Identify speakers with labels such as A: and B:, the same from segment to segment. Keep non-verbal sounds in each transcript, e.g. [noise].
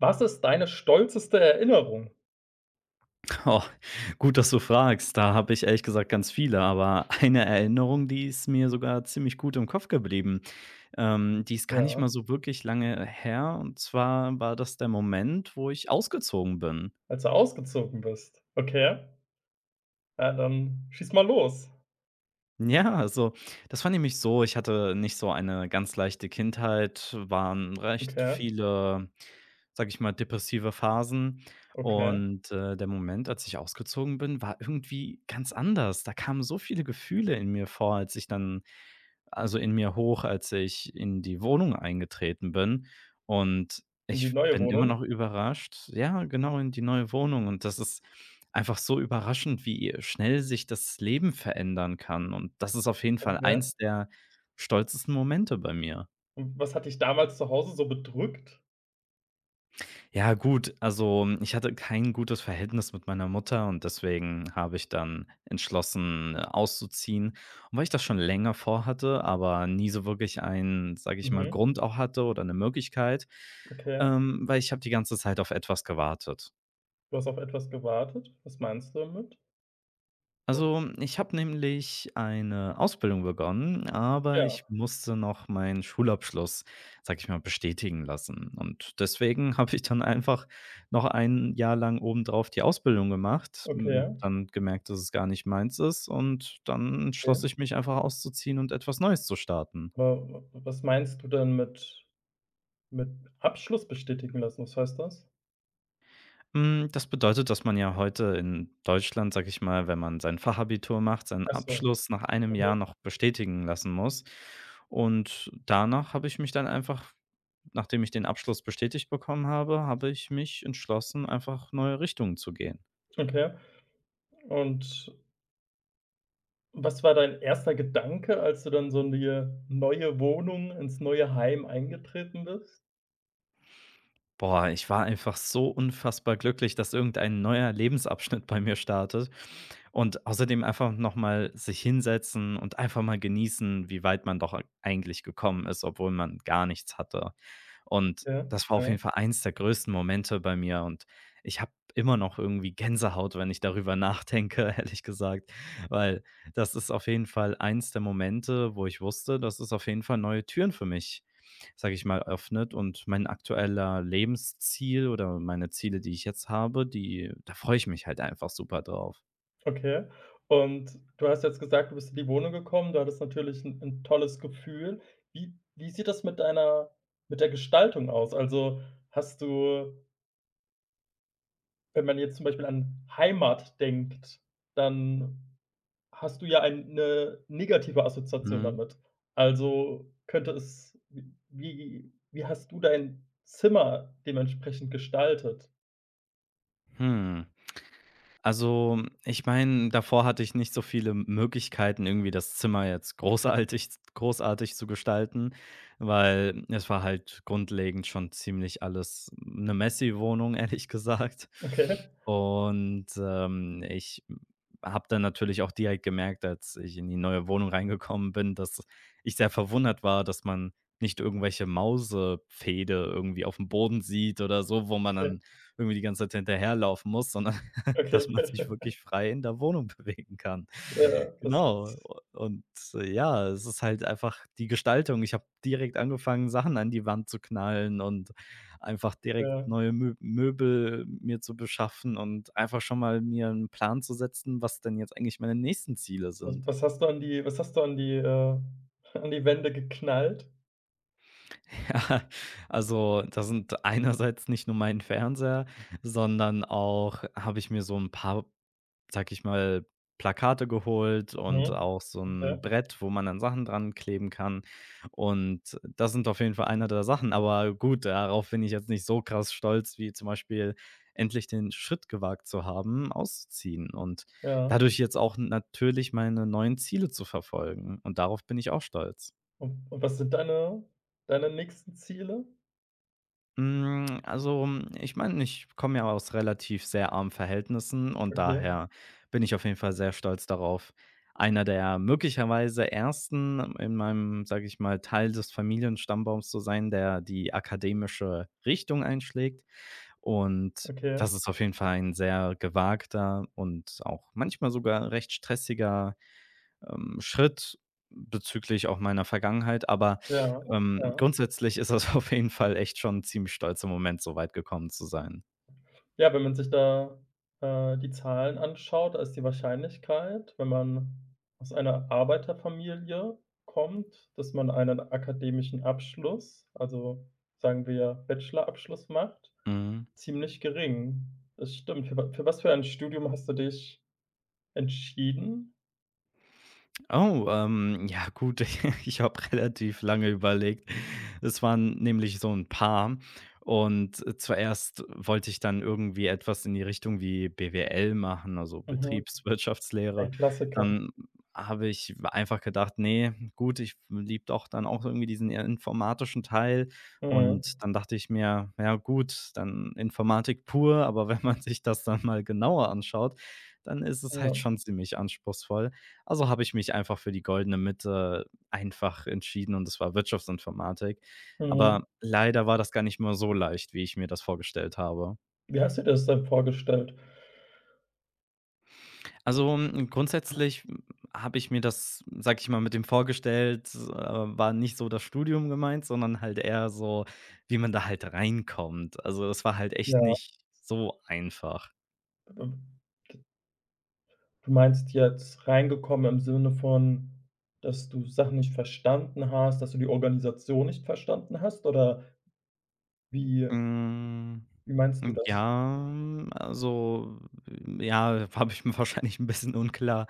A: Was ist deine stolzeste Erinnerung?
B: Oh, gut, dass du fragst. Da habe ich ehrlich gesagt ganz viele, aber eine Erinnerung, die ist mir sogar ziemlich gut im Kopf geblieben. Die ist gar nicht
A: Ja,
B: mal so wirklich lange her. Und zwar war das der Moment, wo ich ausgezogen bin.
A: als du ausgezogen bist. Okay. Ja, dann schieß mal los.
B: Ja, also, das war nämlich so, ich hatte nicht so eine ganz leichte Kindheit, waren recht
A: Okay,
B: viele, sage ich mal, depressive Phasen.
A: okay.
B: Und, der Moment, als ich ausgezogen bin, war irgendwie ganz anders. Da kamen so viele Gefühle in mir vor, als ich dann also, in mir hoch, als ich in die Wohnung eingetreten bin. Und
A: In die
B: ich
A: neue
B: bin immer noch
A: Wohnung.
B: überrascht, ja, genau, in die neue Wohnung. Und das ist einfach so überraschend, wie schnell sich das Leben verändern kann, und das ist auf jeden Fall
A: Okay.
B: eins der stolzesten Momente bei mir.
A: Und was hat dich damals zu Hause so bedrückt?
B: Ja gut, also, ich hatte kein gutes Verhältnis mit meiner Mutter, und deswegen habe ich dann entschlossen, auszuziehen. Und weil ich das schon länger vorhatte, aber nie so wirklich einen, sage ich mal,
A: Mhm,
B: Grund auch hatte oder eine Möglichkeit,
A: okay.
B: weil ich habe die ganze Zeit auf etwas gewartet.
A: Du hast auf etwas gewartet. Was meinst du damit?
B: Also, ich habe nämlich eine Ausbildung begonnen, aber
A: Ja,
B: ich musste noch meinen Schulabschluss, sage ich mal, bestätigen lassen. Und deswegen [laughs] habe ich dann einfach noch ein Jahr lang obendrauf die Ausbildung gemacht,
A: okay,
B: dann gemerkt, dass es gar nicht meins ist, und dann
A: okay.
B: entschloss ich mich einfach auszuziehen und etwas Neues zu starten.
A: Aber w was meinst du denn mit Abschluss bestätigen lassen? Was heißt das?
B: Das bedeutet, dass man ja heute in Deutschland, sag ich mal, wenn man sein Fachabitur macht, seinen
A: Ach so,
B: Abschluss nach einem
A: mhm,
B: Jahr noch bestätigen lassen muss. Und danach habe ich mich dann einfach Nachdem ich den Abschluss bestätigt bekommen habe, habe ich mich entschlossen, einfach neue Richtungen zu gehen.
A: okay. Und was war dein erster Gedanke, als du dann so in die neue Wohnung, ins neue Heim eingetreten bist?
B: Boah, ich war einfach so unfassbar glücklich, dass irgendein neuer Lebensabschnitt bei mir startet, und außerdem einfach noch mal sich hinsetzen und einfach mal genießen, wie weit man doch eigentlich gekommen ist, obwohl man gar nichts hatte. Und
A: Ja,
B: das war auf
A: ja,
B: jeden Fall eins der größten Momente bei mir, und ich habe immer noch irgendwie Gänsehaut, wenn ich darüber nachdenke, [laughs] ehrlich gesagt, weil das ist auf jeden Fall eins der Momente, wo ich wusste, dass es auf jeden Fall neue Türen für mich, sage ich mal, öffnet, und mein aktueller Lebensziel oder meine Ziele, die ich jetzt habe, die, da freue ich mich halt einfach super drauf.
A: okay. Und du hast jetzt gesagt, du bist in die Wohnung gekommen, du hattest natürlich ein 'n tolles Gefühl. Wie sieht das mit der Gestaltung aus? Also, hast du wenn man jetzt zum Beispiel an Heimat denkt, dann hast du ja eine negative Assoziation
B: Mhm.
A: damit. Also, könnte es wie hast du dein Zimmer dementsprechend gestaltet?
B: Hm. Also, ich meine, davor hatte ich nicht so viele Möglichkeiten, irgendwie das Zimmer jetzt großartig großartig zu gestalten, weil es war halt grundlegend schon ziemlich alles eine Messi-Wohnung, [laughs] ehrlich gesagt.
A: Okay,
B: Und, ich habe dann natürlich auch direkt gemerkt, als ich in die neue Wohnung reingekommen bin, dass ich sehr verwundert war, dass man nicht irgendwelche Mausepfähle irgendwie auf dem Boden sieht oder so, wo man dann irgendwie die ganze Zeit hinterherlaufen muss, sondern
A: okay,
B: dass man sich
A: okay. [laughs]
B: wirklich frei in der Wohnung [laughs] bewegen kann.
A: Ja, das
B: Genau.
A: ist
B: Und ja, es ist halt einfach die Gestaltung. Ich habe direkt angefangen, Sachen an die Wand zu knallen und einfach direkt
A: ja.
B: neue Mö Möbel mir zu beschaffen und einfach schon mal mir einen Plan zu setzen, was denn jetzt eigentlich meine nächsten Ziele
A: Was
B: sind.
A: was hast du an die was hast du an die, [laughs] an die Wände geknallt?
B: [laughs] Ja, also, das sind einerseits nicht nur mein Fernseher, sondern auch habe ich mir so ein paar, sag ich mal, Plakate geholt und
A: Mhm.
B: auch so ein
A: Okay,
B: Brett, wo man dann Sachen dran kleben kann. Und das sind auf jeden Fall eine der Sachen. Aber gut, darauf bin ich jetzt nicht so krass stolz, wie zum Beispiel endlich den Schritt gewagt zu haben, auszuziehen und
A: ja.
B: dadurch jetzt auch natürlich meine neuen Ziele zu verfolgen. Und darauf bin ich auch stolz.
A: Und was sind deine nächsten Ziele?
B: Also, ich meine, ich komme ja aus relativ sehr armen Verhältnissen und
A: Okay,
B: daher bin ich auf jeden Fall sehr stolz darauf, einer der möglicherweise Ersten in meinem, sage ich mal, Teil des Familienstammbaums zu sein, der die akademische Richtung einschlägt. Und
A: okay,
B: das ist auf jeden Fall ein sehr gewagter und auch manchmal sogar recht stressiger, Schritt bezüglich auch meiner Vergangenheit, aber,
A: ja, ja.
B: grundsätzlich ist das [laughs] auf jeden Fall echt schon ein ziemlich stolzer Moment, so weit gekommen zu sein.
A: Ja, wenn man sich da, die Zahlen anschaut, da ist die Wahrscheinlichkeit, wenn man aus einer Arbeiterfamilie kommt, dass man einen akademischen Abschluss, also sagen wir Bachelorabschluss macht,
B: Mhm.
A: ziemlich gering. Das stimmt. Für was für ein Studium hast du dich entschieden?
B: Oh, ja gut, [laughs] ich habe relativ lange überlegt. Es waren nämlich so ein paar, und, zuerst wollte ich dann irgendwie etwas in die Richtung wie BWL machen, also
A: Mhm,
B: Betriebswirtschaftslehre.
A: ein Klassiker.
B: Dann habe ich einfach gedacht: „Nee, gut, ich liebe doch dann auch irgendwie diesen eher informatischen Teil.“
A: Mhm,
B: Und dann dachte ich mir: „Ja gut, dann Informatik pur.“ Aber [laughs] wenn man sich das dann mal genauer anschaut, dann ist es halt
A: ja,
B: schon ziemlich anspruchsvoll. Also habe ich mich einfach für die goldene Mitte einfach entschieden, und das war Wirtschaftsinformatik.
A: mhm.
B: Aber leider war das gar nicht mehr so leicht, wie ich mir das vorgestellt habe.
A: Wie hast du dir das denn vorgestellt?
B: Also, grundsätzlich, habe ich mir das, sage ich mal, mit dem vorgestellt, war nicht so das Studium gemeint, sondern halt eher so, wie man da halt reinkommt. Also, das war halt echt
A: Ja,
B: nicht so einfach.
A: ähm. Du meinst jetzt reingekommen im Sinne von, dass du Sachen nicht verstanden hast, dass du die Organisation nicht verstanden hast oder wie
B: Hm,
A: wie meinst du das?
B: ja, also, ja, [laughs] habe ich mir wahrscheinlich 'n bisschen unklar,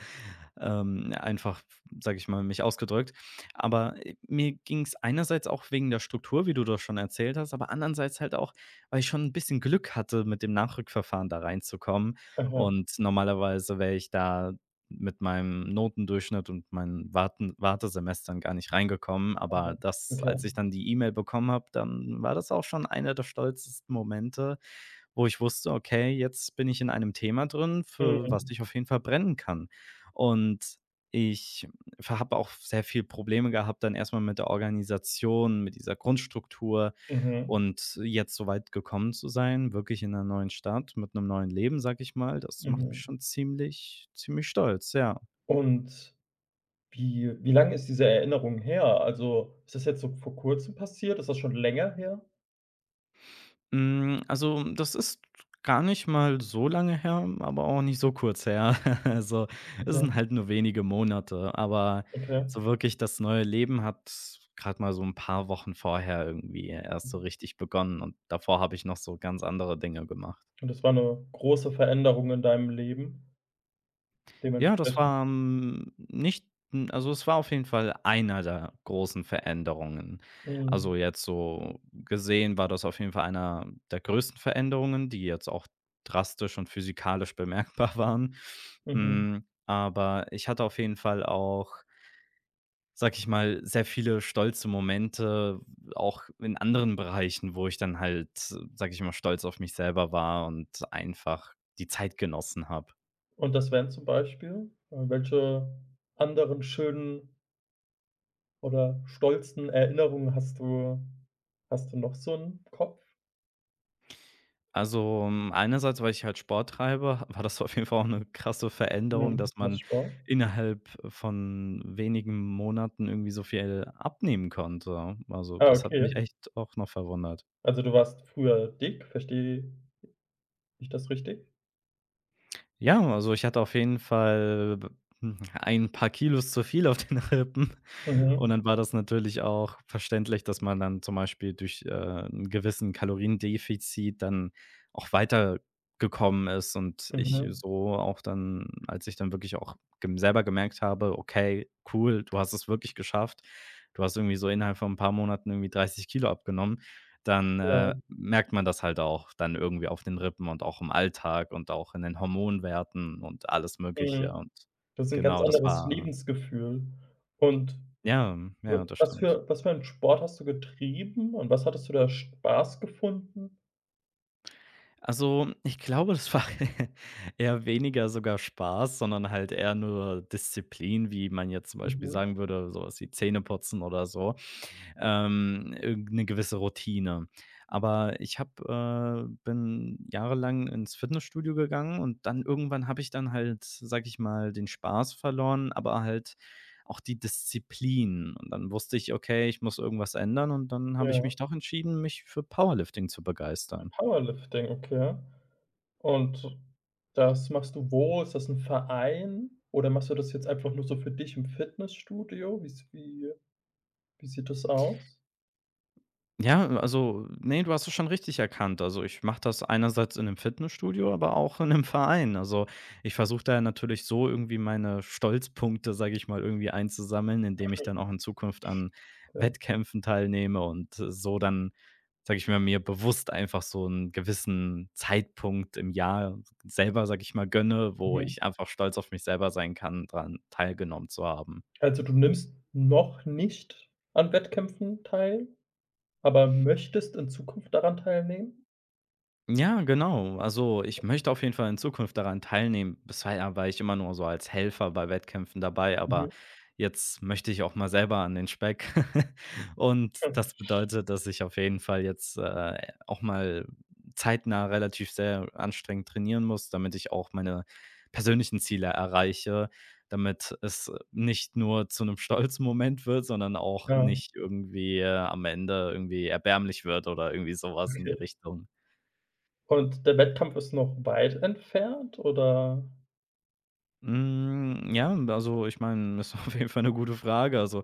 B: einfach, sage ich mal, mich ausgedrückt. Aber, mir ging's einerseits auch wegen der Struktur, wie du das schon erzählt hast, aber andererseits halt auch, weil ich schon 'n bisschen Glück hatte, mit dem Nachrückverfahren da reinzukommen.
A: Aha,
B: Und normalerweise wäre ich da mit meinem Notendurchschnitt und meinen Warten Wartesemestern gar nicht reingekommen,
A: aha,
B: aber, das
A: okay.
B: als ich dann die E-Mail bekommen habe, dann war das auch schon einer der stolzesten Momente, wo ich wusste: „Okay, jetzt bin ich in einem Thema drin, für was
A: Mhm,
B: ich auf jeden Fall brennen kann.“ Und ich habe auch sehr viel Probleme gehabt dann erst mal mit der Organisation, mit dieser Grundstruktur,
A: mhm,
B: und jetzt so weit gekommen zu sein, wirklich in einer neuen Stadt mit einem neuen Leben, sage ich mal, das macht mich
A: mhm.
B: schon ziemlich ziemlich stolz, ja.
A: Und wie lange ist diese Erinnerung her? Also, ist das jetzt so vor Kurzem passiert? Ist das schon länger her?
B: Also, das ist gar nicht mal so lange her, aber auch nicht so kurz her. [laughs] Also, es sind
A: Okay,
B: halt nur wenige Monate, aber
A: okay.
B: so wirklich das neue Leben hat gerade mal so ein paar Wochen vorher irgendwie erst so richtig begonnen, und davor habe ich noch so ganz andere Dinge gemacht.
A: Und das war 'ne große Veränderung in deinem Leben
B: Ja, das
A: dementsprechend?
B: war, nicht, also, es war auf jeden Fall einer der großen Veränderungen. Also,
A: Mhm,
B: jetzt so gesehen war das auf jeden Fall einer der größten Veränderungen, die jetzt auch drastisch und physikalisch [laughs] bemerkbar waren.
A: mhm.
B: Aber ich hatte auf jeden Fall auch, sage ich mal, sehr viele stolze Momente, auch in anderen Bereichen, wo ich dann halt, sage ich mal, stolz auf mich selber war und einfach die Zeit genossen habe.
A: Und das wären zum Beispiel, welche anderen schönen oder stolzen Erinnerungen hast du noch so im Kopf?
B: Also, einerseits, weil ich halt Sport treibe, war das [laughs] auf jeden Fall auch eine krasse Veränderung,
A: Mhm,
B: dass man
A: machst Sport?
B: innerhalb von wenigen Monaten irgendwie so viel abnehmen konnte. Also,
A: Ah,
B: das hat mich
A: okay.
B: echt auch noch verwundert.
A: Also, du warst früher dick, verstehe ich das richtig?
B: Ja, also ich hatte auf jeden Fall ein paar Kilos zu viel auf den [laughs] Rippen, und
A: Mhm,
B: dann war das natürlich auch verständlich, dass man dann zum Beispiel durch, 'n gewissen Kaloriendefizit dann auch weitergekommen ist, und ich
A: mhm,
B: so auch dann, als ich dann wirklich auch gem selber gemerkt habe: „Okay, cool, du hast es wirklich geschafft. Du hast irgendwie so innerhalb von ein paar Monaten irgendwie 30 Kilo abgenommen.“ Dann,
A: ja,
B: merkt man das halt auch dann irgendwie auf den Rippen und auch im Alltag und auch in den Hormonwerten und alles Mögliche
A: mhm.
B: und
A: Das ist ein ganz
B: genau, das
A: anderes
B: war,
A: Lebensgefühl. Und
B: ja,
A: w
B: ja, das stimmt.
A: was für 'n Sport hast du getrieben und was hattest du da Spaß gefunden?
B: Also, ich glaube, das war [laughs] eher weniger sogar Spaß, sondern halt eher nur Disziplin, wie man jetzt zum Beispiel
A: Mhm,
B: sagen würde, sowas wie Zähneputzen oder so. Irgendeine gewisse Routine. Aber ich habe bin jahrelang ins Fitnessstudio gegangen, und dann irgendwann habe ich dann halt, sage ich mal, den Spaß verloren, aber halt auch die Disziplin. Und dann wusste ich, okay, ich muss irgendwas ändern, und dann habe ich
A: ja.
B: mich doch entschieden, mich für Powerlifting zu
A: Ah,
B: begeistern.
A: Powerlifting, okay. Und das machst du wo? Ist das 'n Verein oder machst du das jetzt einfach nur so für dich im Fitnessstudio? Wie sieht das aus?
B: Ja, also, ne, du hast es schon richtig erkannt. Also, ich mache das einerseits in 'nem Fitnessstudio, aber auch in 'nem Verein. Also, ich versuche da natürlich so irgendwie meine Stolzpunkte, sage ich mal, irgendwie einzusammeln, indem ich
A: Okay,
B: dann auch in Zukunft an Wettkämpfen teilnehme und so dann, sage ich mal, mir bewusst einfach so einen gewissen Zeitpunkt im Jahr selber, sage ich mal, gönne, wo
A: mhm.
B: ich einfach stolz auf mich selber sein kann, dran teilgenommen zu haben.
A: Also, du nimmst noch nicht an Wettkämpfen teil, aber möchtest in Zukunft daran teilnehmen?
B: Ja, genau. Also, ich möchte auf jeden Fall in Zukunft daran teilnehmen. Bisher war ich immer nur so als Helfer bei Wettkämpfen dabei, aber
A: Mhm.
B: jetzt möchte ich auch mal selber an den Speck. [laughs] Und das
A: [unintelligible]
B: bedeutet, dass ich auf jeden Fall jetzt, auch mal zeitnah relativ sehr anstrengend trainieren muss, damit ich auch meine persönlichen Ziele erreiche, damit es nicht nur zu einem [laughs] stolzen Moment wird, sondern auch
A: Ja,
B: nicht irgendwie am Ende irgendwie erbärmlich wird oder irgendwie sowas in die
A: okay.
B: Richtung.
A: Und der Wettkampf ist noch weit entfernt oder?
B: Ja, also ich meine, ist [laughs] auf jeden Fall eine gute Frage. Also,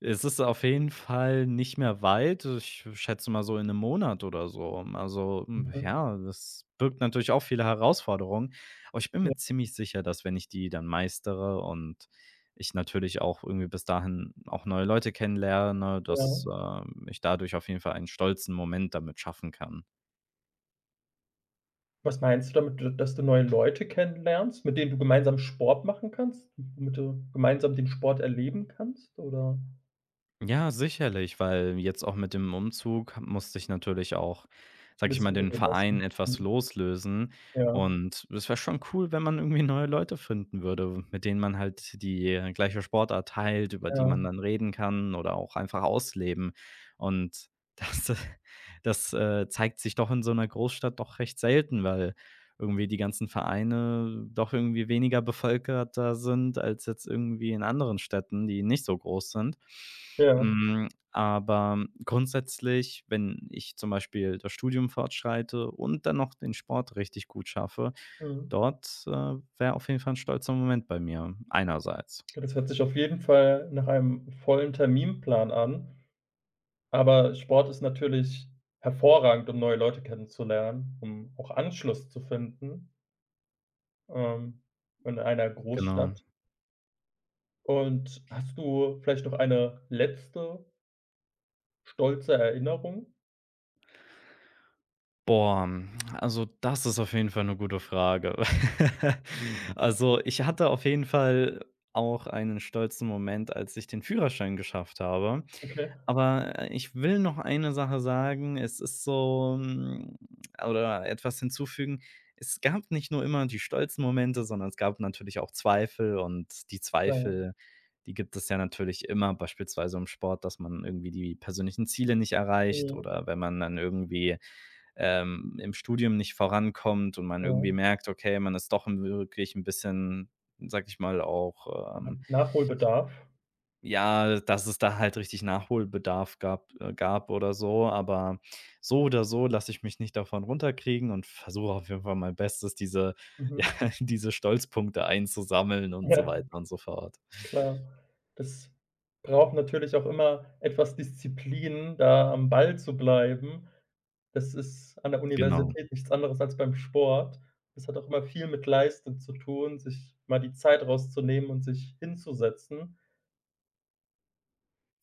B: es ist auf jeden Fall nicht mehr weit. Ich schätze mal so in einem Monat oder so. Also,
A: Mhm.
B: ja, das birgt natürlich auch viele Herausforderungen. Aber ich bin
A: Ja,
B: mir ziemlich sicher, dass, wenn ich die dann meistere und ich natürlich auch irgendwie bis dahin auch neue Leute kennenlerne,
A: ja.
B: dass, ich dadurch auf jeden Fall einen stolzen Moment damit schaffen kann.
A: Was meinst du damit, d dass du neue Leute kennenlernst, mit denen du gemeinsam Sport machen kannst, womit du gemeinsam den Sport erleben kannst, oder
B: Ja, sicherlich, weil jetzt auch mit dem Umzug musste ich natürlich auch, sage ich
A: willst
B: mal,
A: du hinter
B: den
A: dir
B: Verein
A: lassen?
B: etwas
A: Mhm.
B: loslösen,
A: Ja,
B: und es wäre schon cool, wenn man irgendwie neue Leute finden würde, mit denen man halt die gleiche Sportart teilt, über die man
A: ja,
B: dann reden kann oder auch einfach ausleben. Und das, [laughs] das, zeigt sich doch in so einer Großstadt doch recht selten, weil irgendwie die ganzen Vereine doch irgendwie weniger bevölkerter sind als jetzt irgendwie in anderen Städten, die nicht so groß sind.
A: ja,
B: Aber grundsätzlich, wenn ich zum Beispiel das Studium fortschreite und dann noch den Sport richtig gut schaffe,
A: mhm.
B: dort, wäre auf jeden Fall ein stolzer Moment bei mir, einerseits.
A: Ja, das hört sich auf jeden Fall nach einem vollen Terminplan an, aber Sport ist natürlich hervorragend, um neue Leute kennenzulernen, um auch Anschluss zu finden, ähm, in einer
B: Genau.
A: Großstadt. Und hast du vielleicht noch eine letzte stolze Erinnerung?
B: Boah, also das ist auf jeden Fall eine gute Frage. [laughs] Also, ich hatte auf jeden Fall auch einen stolzen Moment, als ich den Führerschein geschafft habe.
A: Okay.
B: Aber, ich will noch eine Sache sagen, es ist so, hm oder etwas hinzufügen. Es gab nicht nur immer die stolzen Momente, sondern es gab natürlich auch Zweifel, und die
A: Klar,
B: Zweifel, die gibt es ja natürlich immer, beispielsweise im Sport, dass man irgendwie die persönlichen Ziele nicht erreicht,
A: ja,
B: oder wenn man dann irgendwie im Studium nicht vorankommt und man irgendwie
A: ja.
B: merkt, okay, man ist doch wirklich ein bisschen, sage ich mal, auch,
A: Nachholbedarf.
B: ja, dass es da halt richtig Nachholbedarf gab oder so. Aber so oder so lasse ich mich nicht davon runterkriegen und versuche auf jeden Fall mein Bestes, diese [laughs] ja,
A: Mhm. [laughs]
B: diese Stolzpunkte einzusammeln und so
A: Ja,
B: weiter und so fort.
A: klar. Das braucht natürlich auch immer etwas Disziplin, da am Ball zu bleiben. Das ist an der
B: Genau,
A: Universität nichts anderes als beim Sport. Das hat auch immer viel mit Leistung zu tun, sich mal die Zeit rauszunehmen und sich hinzusetzen.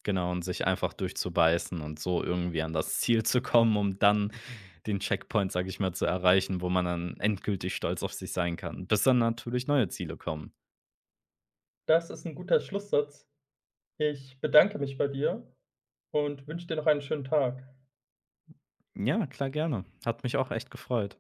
B: genau, und sich einfach durchzubeißen und so irgendwie an das Ziel zu kommen, um dann den Checkpoint, sage ich mal, zu erreichen, wo man dann endgültig stolz auf sich sein kann, bis dann natürlich neue Ziele kommen.
A: Das ist 'n guter Schlusssatz. Ich bedanke mich bei dir und wünsche dir noch einen schönen Tag.
B: Ja, klar, gerne. Hat mich auch echt gefreut.